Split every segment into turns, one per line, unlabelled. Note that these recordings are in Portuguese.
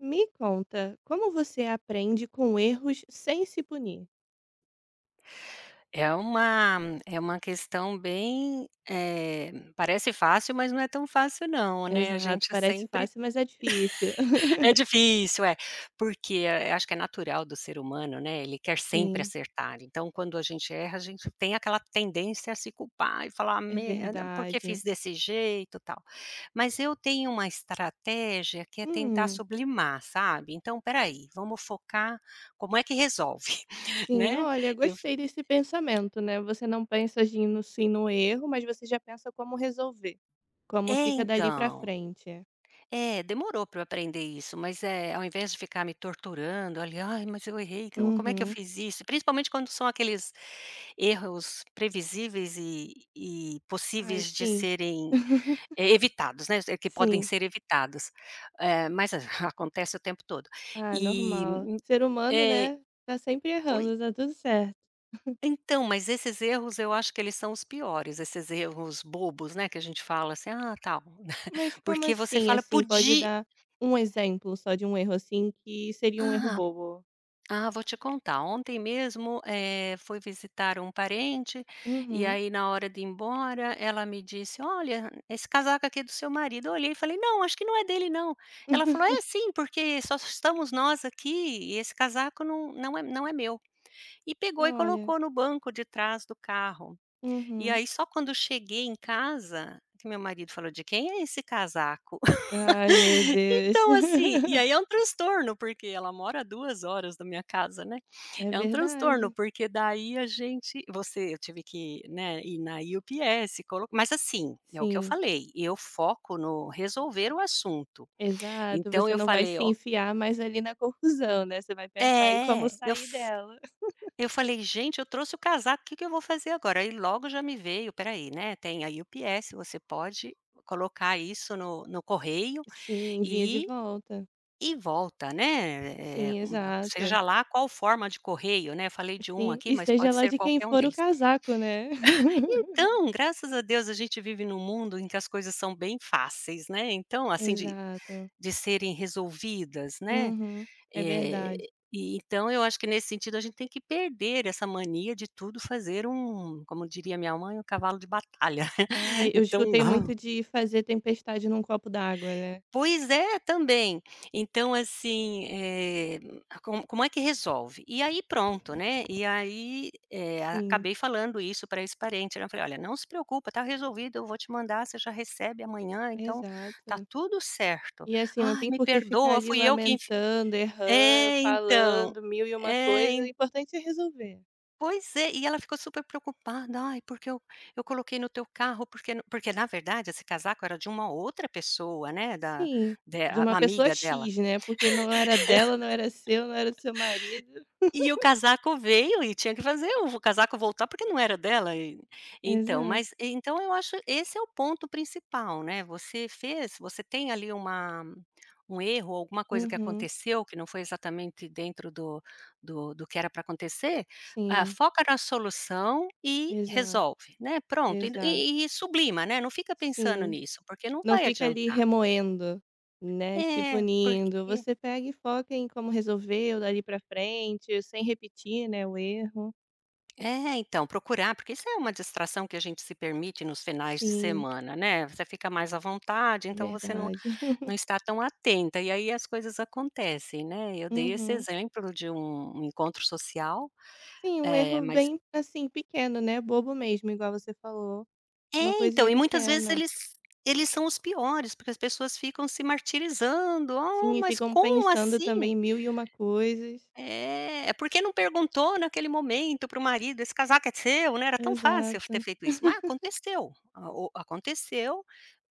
Me conta, como você aprende com erros sem se punir?
É uma é uma questão bem, parece fácil, mas não é tão fácil não, né, a
Exato,
gente
parece
sempre
fácil, mas é difícil.
é difícil, é. Porque, acho que é natural do ser humano, né, ele quer sempre
Sim,
acertar, então quando a gente erra, a gente tem aquela tendência a se culpar e falar: "Ah,
é
Por que
verdade.
fiz desse jeito?", tal. Mas eu tenho uma estratégia que é tentar
Hum,
sublimar, sabe. Então, peraí, vamos focar como é que resolve,
sim,
né.
olha,
Eu
gostei desse pensamento, né? Você não pensa assim no erro, mas você já pensa como resolver, como
é,
fica dali pra
então.
frente.
É, demorou para eu aprender isso, mas é, ao invés de ficar me torturando ali: "Ai, mas eu errei, que eu como é que eu
Uhum.
fiz isso?", principalmente quando são aqueles erros previsíveis e
Ai,
possíveis de
sim.
serem, evitados, né, que podem
Sim.
ser evitados, mas acontece o tempo todo.
Ah,
E,
normal.
hum,
Ser humano,
eh,
né? Tá sempre
foi
errando, tá tudo certo.
mas esses erros eu acho que eles são os piores, esses erros bobos, né, que a gente fala assim: "Ah, tal",
Mas como
porque você
assim,
fala:
assim? Pode dar um exemplo só de um erro, assim, que seria um erro
ah,
bobo?
Ah, vou te contar. Ontem mesmo, fui visitar um parente e
Uhum.
aí na hora de ir embora, ela me disse: "Olha, esse casaco aqui é do seu marido". Eu olhei e falei: "Não, acho que não é dele não". Ela falou: "É sim, porque só estamos nós aqui e esse casaco não é meu". E pegou e
Olha.
colocou no banco de trás do carro. E
Uhum.
aí só quando cheguei em casa que meu marido falou: "De quem é esse casaco?".
Ai, meu Deus.
Então, assim, e aí é um transtorno, porque ela mora a 2 horas da minha casa, né.
É
É um transtorno,
verdade.
porque daí a gente você eu tive que, né, ir na UPS, colo mas assim, é o que eu
Sim,
falei, eu foco no resolver o assunto.
exato.
Então
Você
eu
não vai
falei:
se
"Ó",
enfiar mais ali na confusão, né, você vai pensar em como
é, eu
sair
f
dela.
eu falei: "Gente, eu trouxe o casaco, o que que eu vou fazer agora?" Aí logo já me veio: peraí, né, tem a UPS, você pode colocar isso no correio
Sim, via de
e
volta.
E volta, né,
Sim,
com,
exato.
seja lá qual forma de correio, né, falei de um
Sim,
aqui,
e
mas
seja
pode
lá
ser
de quem
qualquer um
for o
deles.
casaco, né.
Então, graças a Deus, a gente vive num mundo em que as coisas são bem fáceis, né, então, assim, de
Exato.
de serem resolvidas, né,
Uhum. É
eh,
verdade.
e então eu acho que nesse sentido a gente tem que perder essa mania de tudo fazer um, como diria minha mãe, um cavalo de batalha.
Ai, eu
Então,
escutei muito de fazer tempestade num copo d'água, né.
pois é, também. Então assim, como é que resolve? E aí pronto, né, e aí,
Sim,
acabei falando isso para esse parente, né, eu falei: "Olha, não se preocupa, tá resolvido, eu vou te mandar, você já recebe amanhã, então tá
exato.
tudo certo".
E assim, não
"Ai,
tem
me
por que ficar
perdoa,
ali
fui eu que enfi"
lamentando, errando
É, então.
falando mil e uma
É,
coisa, o
en
importante é resolver.
pois é, e ela ficou super preocupada: "Ai, porque eu coloquei no teu carro, porque no", porque na verdade esse casaco era de uma outra pessoa, né, da
Sim,
de
de
a
uma
uma
pessoa
amiga dela.
X, né, porque não era dela, não era seu, não era do seu marido.
E o casaco veio e tinha que fazer o casaco voltar, porque não era dela.
Exato.
Mas então eu acho esse é o ponto principal, né, você tem ali uma um erro, alguma coisa que
Uhum.
aconteceu, que não foi exatamente dentro do que era para acontecer.
Sim,
Foca na solução e
exato,
resolve, né, pronto, e
exato.
sublima, né, não fica pensando
Sim.
nisso, porque não
Não
vai
fica ali
adiantar.
remoendo, né, se
É,
punindo.
porque
Você pega e foca em como resolver ou dali pra frente, sem repetir, né, o erro.
É, então, procurar, porque isso é uma distração que a gente se permite nos finais de
Sim,
semana, né, você fica mais à vontade, então você não
verdade.
não está tão atenta, e aí as coisas acontecem, né. Eu dei esse
Uhum.
exemplo de um encontro social,
Sim, um
é,
erro
mas
bem, assim, pequeno, né, bobo mesmo, igual você falou. Uma
é, então,
coisinha
e muitas vezes
pequena.
eles são os piores, porque as pessoas ficam se martirizando:
Sim,
"Oh,
e
mas
ficam
como
pensando
assim?"
também mil e uma coisas.
"Porque não perguntou naquele momento para o marido, esse casaco é seu, né, era tão fácil ter
Exato.
feito isso". Mas aconteceu, a o aconteceu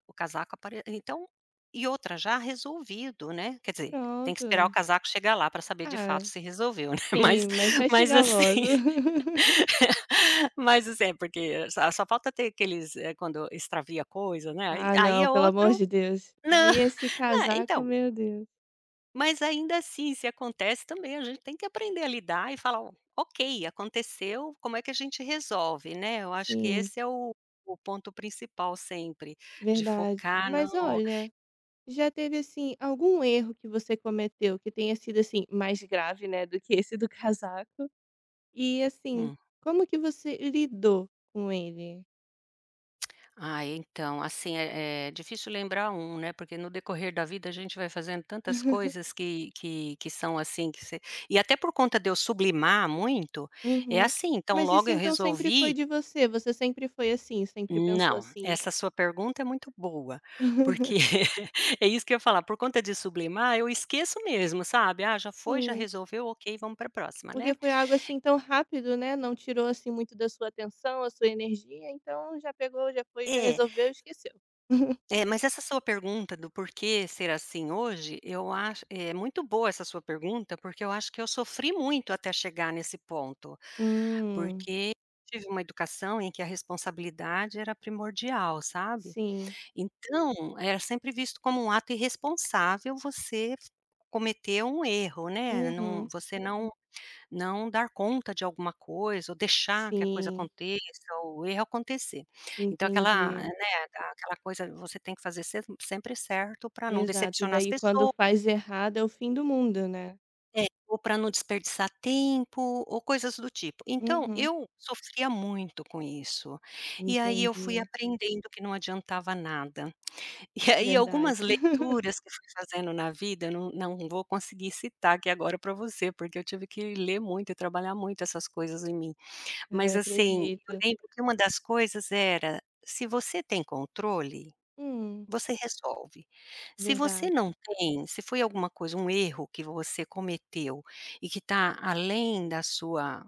O casaco apare então e outra, já resolvido, né, quer dizer, tem que esperar o
Pronto.
casaco chegar lá para saber de
Ah,
fato se resolveu, né,
sim,
mas
mas vai
mas
chegar logo.
assim mas assim, é porque só falta ter aqueles, quando extravia coisa, né, aí
Ah,
aí
não,
é
pelo amor
outro.
de Deus.
não,
Aí esse
não,
casaco,
então,
meu Deus.
mas ainda assim, se acontece também a gente tem que aprender a lidar e falar: "Ó, ok, aconteceu, como é que a gente resolve?", né, eu acho que
Sim,
esse é o ponto principal sempre, de
verdade.
focar
Mas
no
olha, já teve, assim, algum erro que você cometeu que tenha sido, assim, mais grave, né, do que esse do casaco? E, assim,
hum.
como que você lidou com ele?
Ah, então, assim, é difícil lembrar um, né, porque no decorrer da vida a gente vai fazendo tantas coisas que são assim, que você e até por conta de eu sublimar muito, é
Uhum.
assim, então
Mas
logo
isso
eu
então sempre foi
resolvi.
de você? Você sempre foi assim? Sempre pensou
Não,
assim?
essa sua pergunta é muito boa, porque é isso que eu ia falar, por conta de sublimar eu esqueço mesmo, sabe. Ah, já foi, já
Sim,
resolveu, ok, vamos para a próxima, né.
porque foi algo, assim, tão rápido, né, não tirou, assim, muito da sua atenção, a sua energia, então já pegou, já foi, já
É.
resolveu e esqueceu.
É, mas essa sua pergunta do porquê ser assim hoje, eu acho é muito boa essa sua pergunta, porque eu acho que eu sofri muito até chegar nesse ponto,
Hum,
porque tive uma educação em que a responsabilidade era primordial, sabe.
sim.
Então, era sempre visto como um ato irresponsável você cometer um erro, né,
Uhum.
você não não dar conta de alguma coisa, ou deixar que a coisa
Sim,
aconteça, ou o erro acontecer. Então aquela, né,
entendi.
aquela coisa, você tem que fazer se sempre certo para não
Exato. E
decepcionar as
daí quando
pessoas,
faz errado é o fim do mundo, né.
ou para não desperdiçar tempo, ou coisas do tipo. Então
Uhum.
eu sofria muito com isso, e aí eu fui
Entendi.
aprendendo que não adiantava nada. E aí
Verdade.
algumas leituras que eu fui fazendo na vida, eu não vou conseguir citar aqui agora para você, porque eu tive que ler muito e trabalhar muito essas coisas em mim. Mas
eu
assim, eu
acredito.
lembro que uma das coisas era: se você tem controle,
Hum,
você resolve. Se você
verdade.
não tem, se foi alguma coisa, um erro que você cometeu e que está além da sua,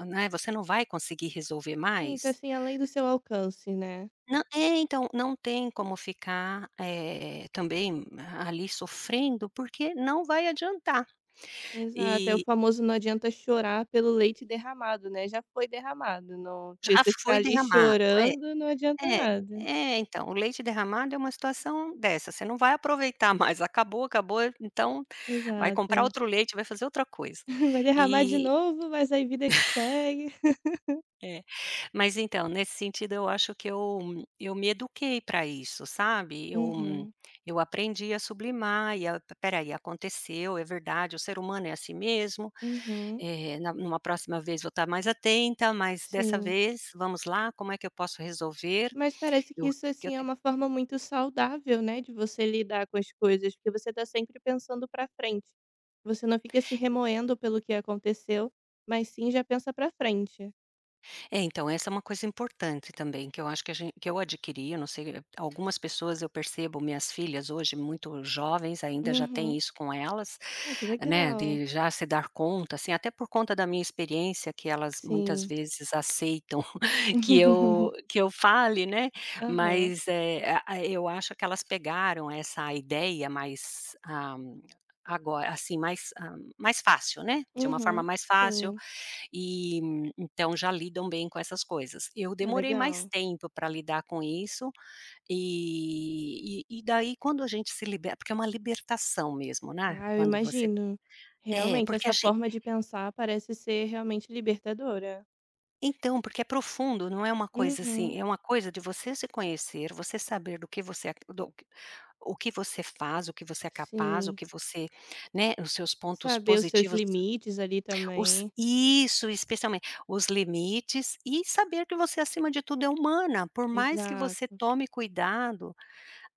né, você não vai conseguir resolver
Sim, tá,
mais,
assim, além do seu alcance, né.
nã é então, não tem como ficar, também ali sofrendo, porque não vai adiantar.
Exato, é o
E
famoso não adianta chorar pelo leite derramado, né, já foi derramado, não
Já
se você ficar
foi
ali
derramado. É.
chorando não adianta
É,
nada.
é, então, o leite derramado é uma situação dessa, você não vai aproveitar mais, acabou, acabou, então vai comprar
Exato.
outro leite, vai fazer outra coisa.
Vai derramar de
E
novo, mas aí vida que segue.
é, mas então, nesse sentido eu acho que eu me eduquei para isso, sabe.
Uhum,
Eu aprendi a sublimar e a: "Espera aí, aconteceu, é verdade, o ser humano é assim mesmo,
uhum.
eh, na numa próxima vez vou estar mais atenta, mas dessa
Sim.
vez, vamos lá, como é que eu posso resolver?"
Mas parece que
Eu
isso,
que eu
assim, é uma forma muito saudável, né, de você lidar com as coisas, porque você tá sempre pensando pra frente. Você não fica se remoendo pelo que aconteceu, mas sim já pensa pra frente.
É, então, essa é uma coisa importante também, que eu acho que a gen que eu adquiri, eu não sei, algumas pessoas eu percebo, minhas filhas hoje muito jovens ainda já
Uhum.
têm isso com elas,
Ai, que
né,
legal.
de já se dar conta, assim, até por conta da minha experiência, que elas muitas
Sim.
vezes aceitam que eu que eu fale, né,
Aham.
mas, eh, a eu acho que elas pegaram essa ideia mais, ah, agora, assim, mais, mais fácil, né, de uma forma
Uhum.
mais fácil,
Sim.
e então já lidam bem com essas coisas. Eu
É
demorei mais
legal.
tempo para lidar com isso, e daí quando a gente se libera, porque é uma libertação mesmo, né,
Ah, eu
quando você
imagino.
é,
Realmente,
porque a
essa
gente
forma de pensar parece ser realmente libertadora.
então, porque é profundo, não é uma coisa
Uhum.
assim, é uma coisa de você se conhecer, você saber do que você é do o que você faz, o que você é capaz, o
Sim.
que você, né, os seus pontos
Saber os seus
positivos.
limites ali
Os
também.
Isso, especialmente. Os limites, e saber que você, acima de tudo, é humana, por mais que você
Exato.
tome cuidado,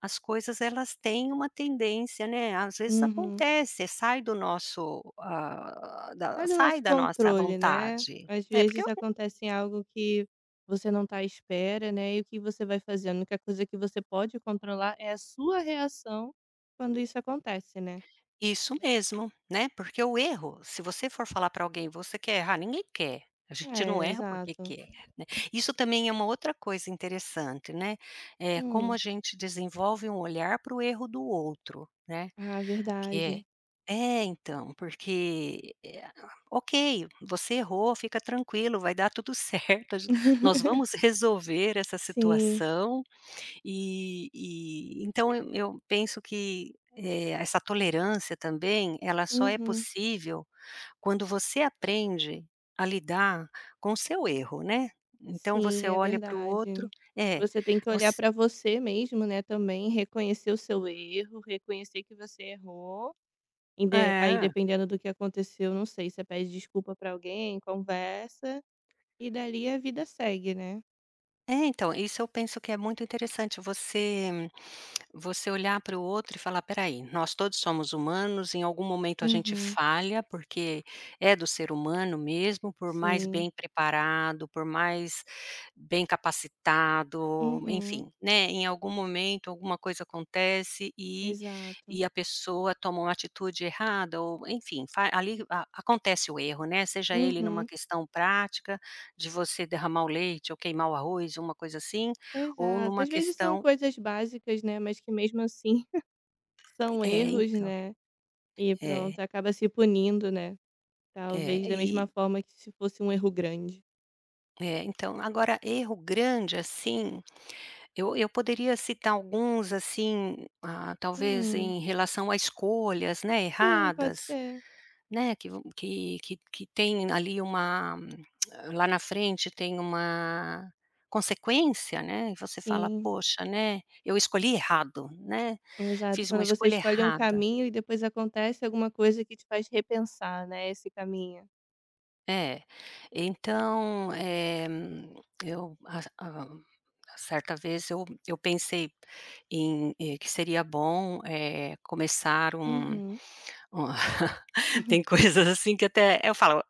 as coisas elas têm uma tendência, né, às vezes
Uhum.
acontece, sai do nosso, ah, da
Sai do
sai
nosso
da nossa
controle, né.
vontade.
Às
É, porque
vezes acontece algo que você não tá à espera, né, e o que você vai fazer? A única coisa que você pode controlar é a sua reação quando isso acontece, né.
Isso mesmo, né, porque o erro, se você for falar para alguém: "Você quer errar?", ninguém quer, a gente não
É,
erra porque
exato.
quer, né. Isso também é uma outra coisa interessante, né, é como
Hum.
a gente desenvolve um olhar para o erro do outro, né,
Ah,
que é
verdade.
é, então, porque, ok, você errou, fica tranquilo, vai dar tudo certo, a gen nós vamos resolver essa
Sim.
situação, então eu penso que, essa tolerância também, ela só é
Uhum.
possível quando você aprende a lidar com o seu erro, né. Então você
Sim, é
olha para o outro
verdade.
é,
Você tem que
voc
olhar pra você mesmo, né, também, reconhecer o seu erro, reconhecer que você errou Inde aí
é.
dependendo do que aconteceu, não sei, você pede desculpa pra alguém, conversa, e dali a vida segue, né.
É, então, isso eu penso que é muito interessante você olhar para o outro e falar: peraí, nós todos somos humanos, em algum momento a gente
Uhum,
falha, porque é do ser humano mesmo, por mais
sim.
bem preparado, por mais bem capacitado,
Uhum,
enfim, né, em algum momento alguma coisa acontece e
exato.
e a pessoa toma uma atitude errada ou, enfim, fa ali a acontece o erro, né, seja ele numa
Uhum,
questão prática, de você derramar o leite ou queimar o arroz, uma coisa assim, ou
exato.
numa
Às vezes são
questão.
coisas básicas, né, mas que mesmo assim são
é,
erros,
então,
né, e
é,
pronto, acaba se punindo, né,
é,
talvez da mesma
e
forma que se fosse um erro grande.
Agora, erro grande, assim, eu poderia citar alguns, assim, ah, talvez
Hum,
em relação a escolhas, né,
sim, pode
erradas,
ser.
né, que vo que tem ali uma lá na frente tem uma consequência, né, e você fala:
Sim.
"Poxa, né, eu escolhi errado, né,
Exato,
fiz uma
quando você
escolha
escolhe um
errada".
caminho e depois acontece alguma coisa que te faz repensar, né, esse caminho.
É, então, eu a certa vez eu pensei em, que seria bom, começar um
Uhum.
um Tem coisas assim que até eu falo: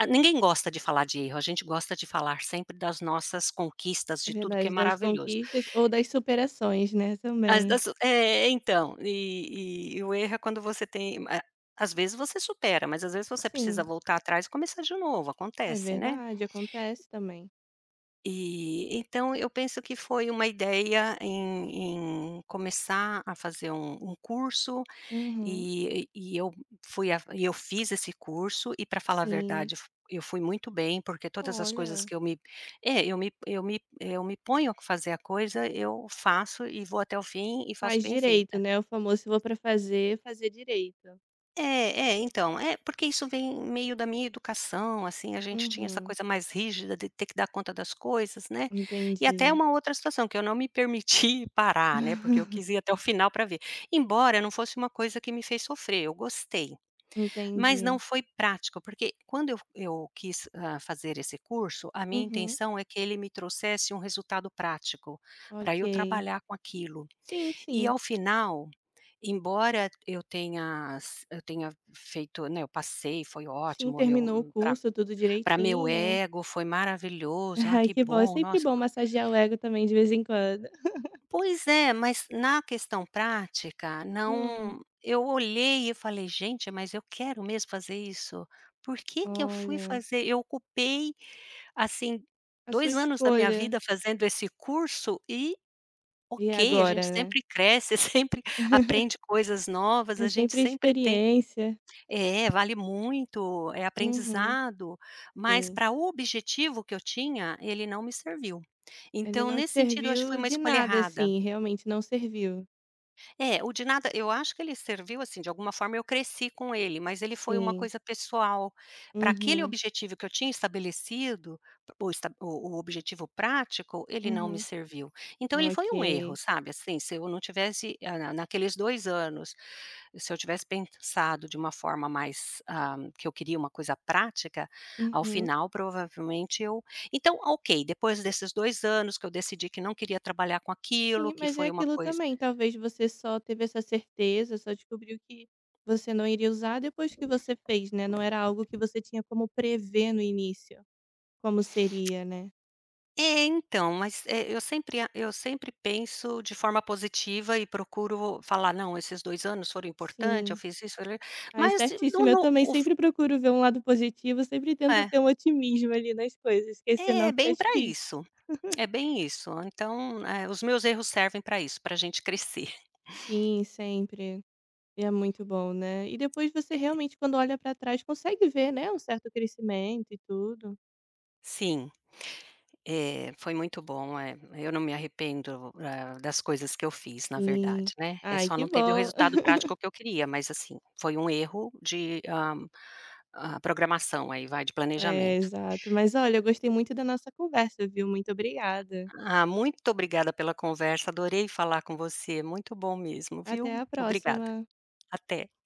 ah, "Ninguém gosta de falar de erro, a gente gosta de falar sempre das nossas conquistas, de tudo que é
Verdade, das
maravilhoso".
conquistas ou das superações, né,
As
também.
das é, então, e o erro é quando você tem a às vezes você supera, mas às vezes você precisa
Sim,
voltar atrás e começar de novo,
é
acontece, né.
verdade, acontece também.
E então eu penso que foi uma ideia em começar a fazer um curso,
Uhum,
e e eu e eu fiz esse curso e, para falar a
sim.
verdade, f eu fui muito bem, porque todas as coisas
Olha,
que eu me é, eu me eu me eu me ponho a fazer a coisa, eu faço e vou até o fim e faço
faz
bem
direito,
feita.
né, o famoso "se for pra fazer, fazer direito".
É, Porque isso vem meio da minha educação, assim, a gente tinha essa
Uhum,
coisa mais rígida de ter que dar conta das coisas, né, e até
entendi.
uma outra situação que eu não me permiti parar, né, porque eu quis ir até o final para ver. Embora não fosse uma coisa que me fez sofrer, eu gostei, mas não
Entendi.
foi prático, porque quando eu quis, fazer esse curso, a minha
Uhum,
intenção é que ele me trouxesse um resultado prático, para eu
ok.
trabalhar com aquilo.
Sim,
E,
sim.
ao final, embora eu tenha feito, né, eu passei, foi
Sim,
ótimo, eu.
terminou o
Para
curso, tudo
Pra meu
direitinho.
ego foi maravilhoso: "Ah,
Ai,
que
que bom. É
bom,
sempre
nossa".
bom massagear o ego também de vez em quando.
Pois é, mas na questão prática,
Hum,
não. Eu olhei e falei: "Gente, mas eu quero mesmo fazer isso? Por que que eu fui
olha,
fazer?". Eu ocupei, assim,
a sua
2 anos da minha
escolha.
vida fazendo esse curso e.
E
Ok, a
agora,
gente
né?
sempre cresce, sempre aprende coisas novas,
É
a gente
sempre
sempre tem
experiência.
é, vale muito, é
Uhum,
aprendizado, mas,
sim.
para o objetivo que eu tinha, ele não me serviu.
Ele
Então,
não te
nesse sentido, eu acho que foi
serviu
uma
de
escolha
nada,
errada.
assim, realmente não serviu.
É, o de nada eu acho que ele serviu, assim, de alguma forma eu cresci com ele, mas ele foi uma
Sim.
coisa pessoal. Para aquele
Uhum,
objetivo que eu tinha estabelecido, o esta o objetivo prático, ele não me
uhum.
serviu. Então ele foi um erro,
Ok.
sabe, assim, se eu não tivesse, ah, na naqueles 2 anos, se eu tivesse pensado de uma forma mais, ah, que eu queria uma coisa prática, ao
Uhum.
final provavelmente eu. Então, ok, depois desses 2 anos, que eu decidi que não queria trabalhar com
Sim,
aquilo, que
mas é
foi uma
aquilo
coisa.
também. Talvez você só teve essa certeza, só descobriu que você não iria usar depois que você fez, né? Não era algo que você tinha como prever no início. Como seria, né.
Eu sempre penso de forma positiva e procuro falar: "Não, esses 2 anos foram importantes, eu
Sim.
fiz isso, ali",
Ai,
mas no
certíssimo. Eu
no
também
o f
sempre procuro ver um lado positivo, sempre tento
é.
ter um otimismo ali nas coisas, porque senão
É,
fica
bem para
difícil.
isso, é bem isso. Então, os meus erros servem para isso, pra gente crescer.
Sim, sempre. E é muito bom, né. E depois você realmente, quando olha pra trás, consegue ver, né, um certo crescimento e tudo.
Sim, foi muito bom, eu não me arrependo, das coisas que eu fiz, na
Sim.
verdade, né. É
Ai,
só
que
não teve o
bom.
resultado prático que eu queria, mas, assim, foi um erro de, ah, programação aí, vai, de
É,
planejamento.
exato. Mas olha, eu gostei muito da nossa conversa, viu. Muito obrigada.
Ah, muito obrigada pela conversa, adorei falar com você, muito bom mesmo,
Até
viu.
a
Obrigada,
próxima.
até.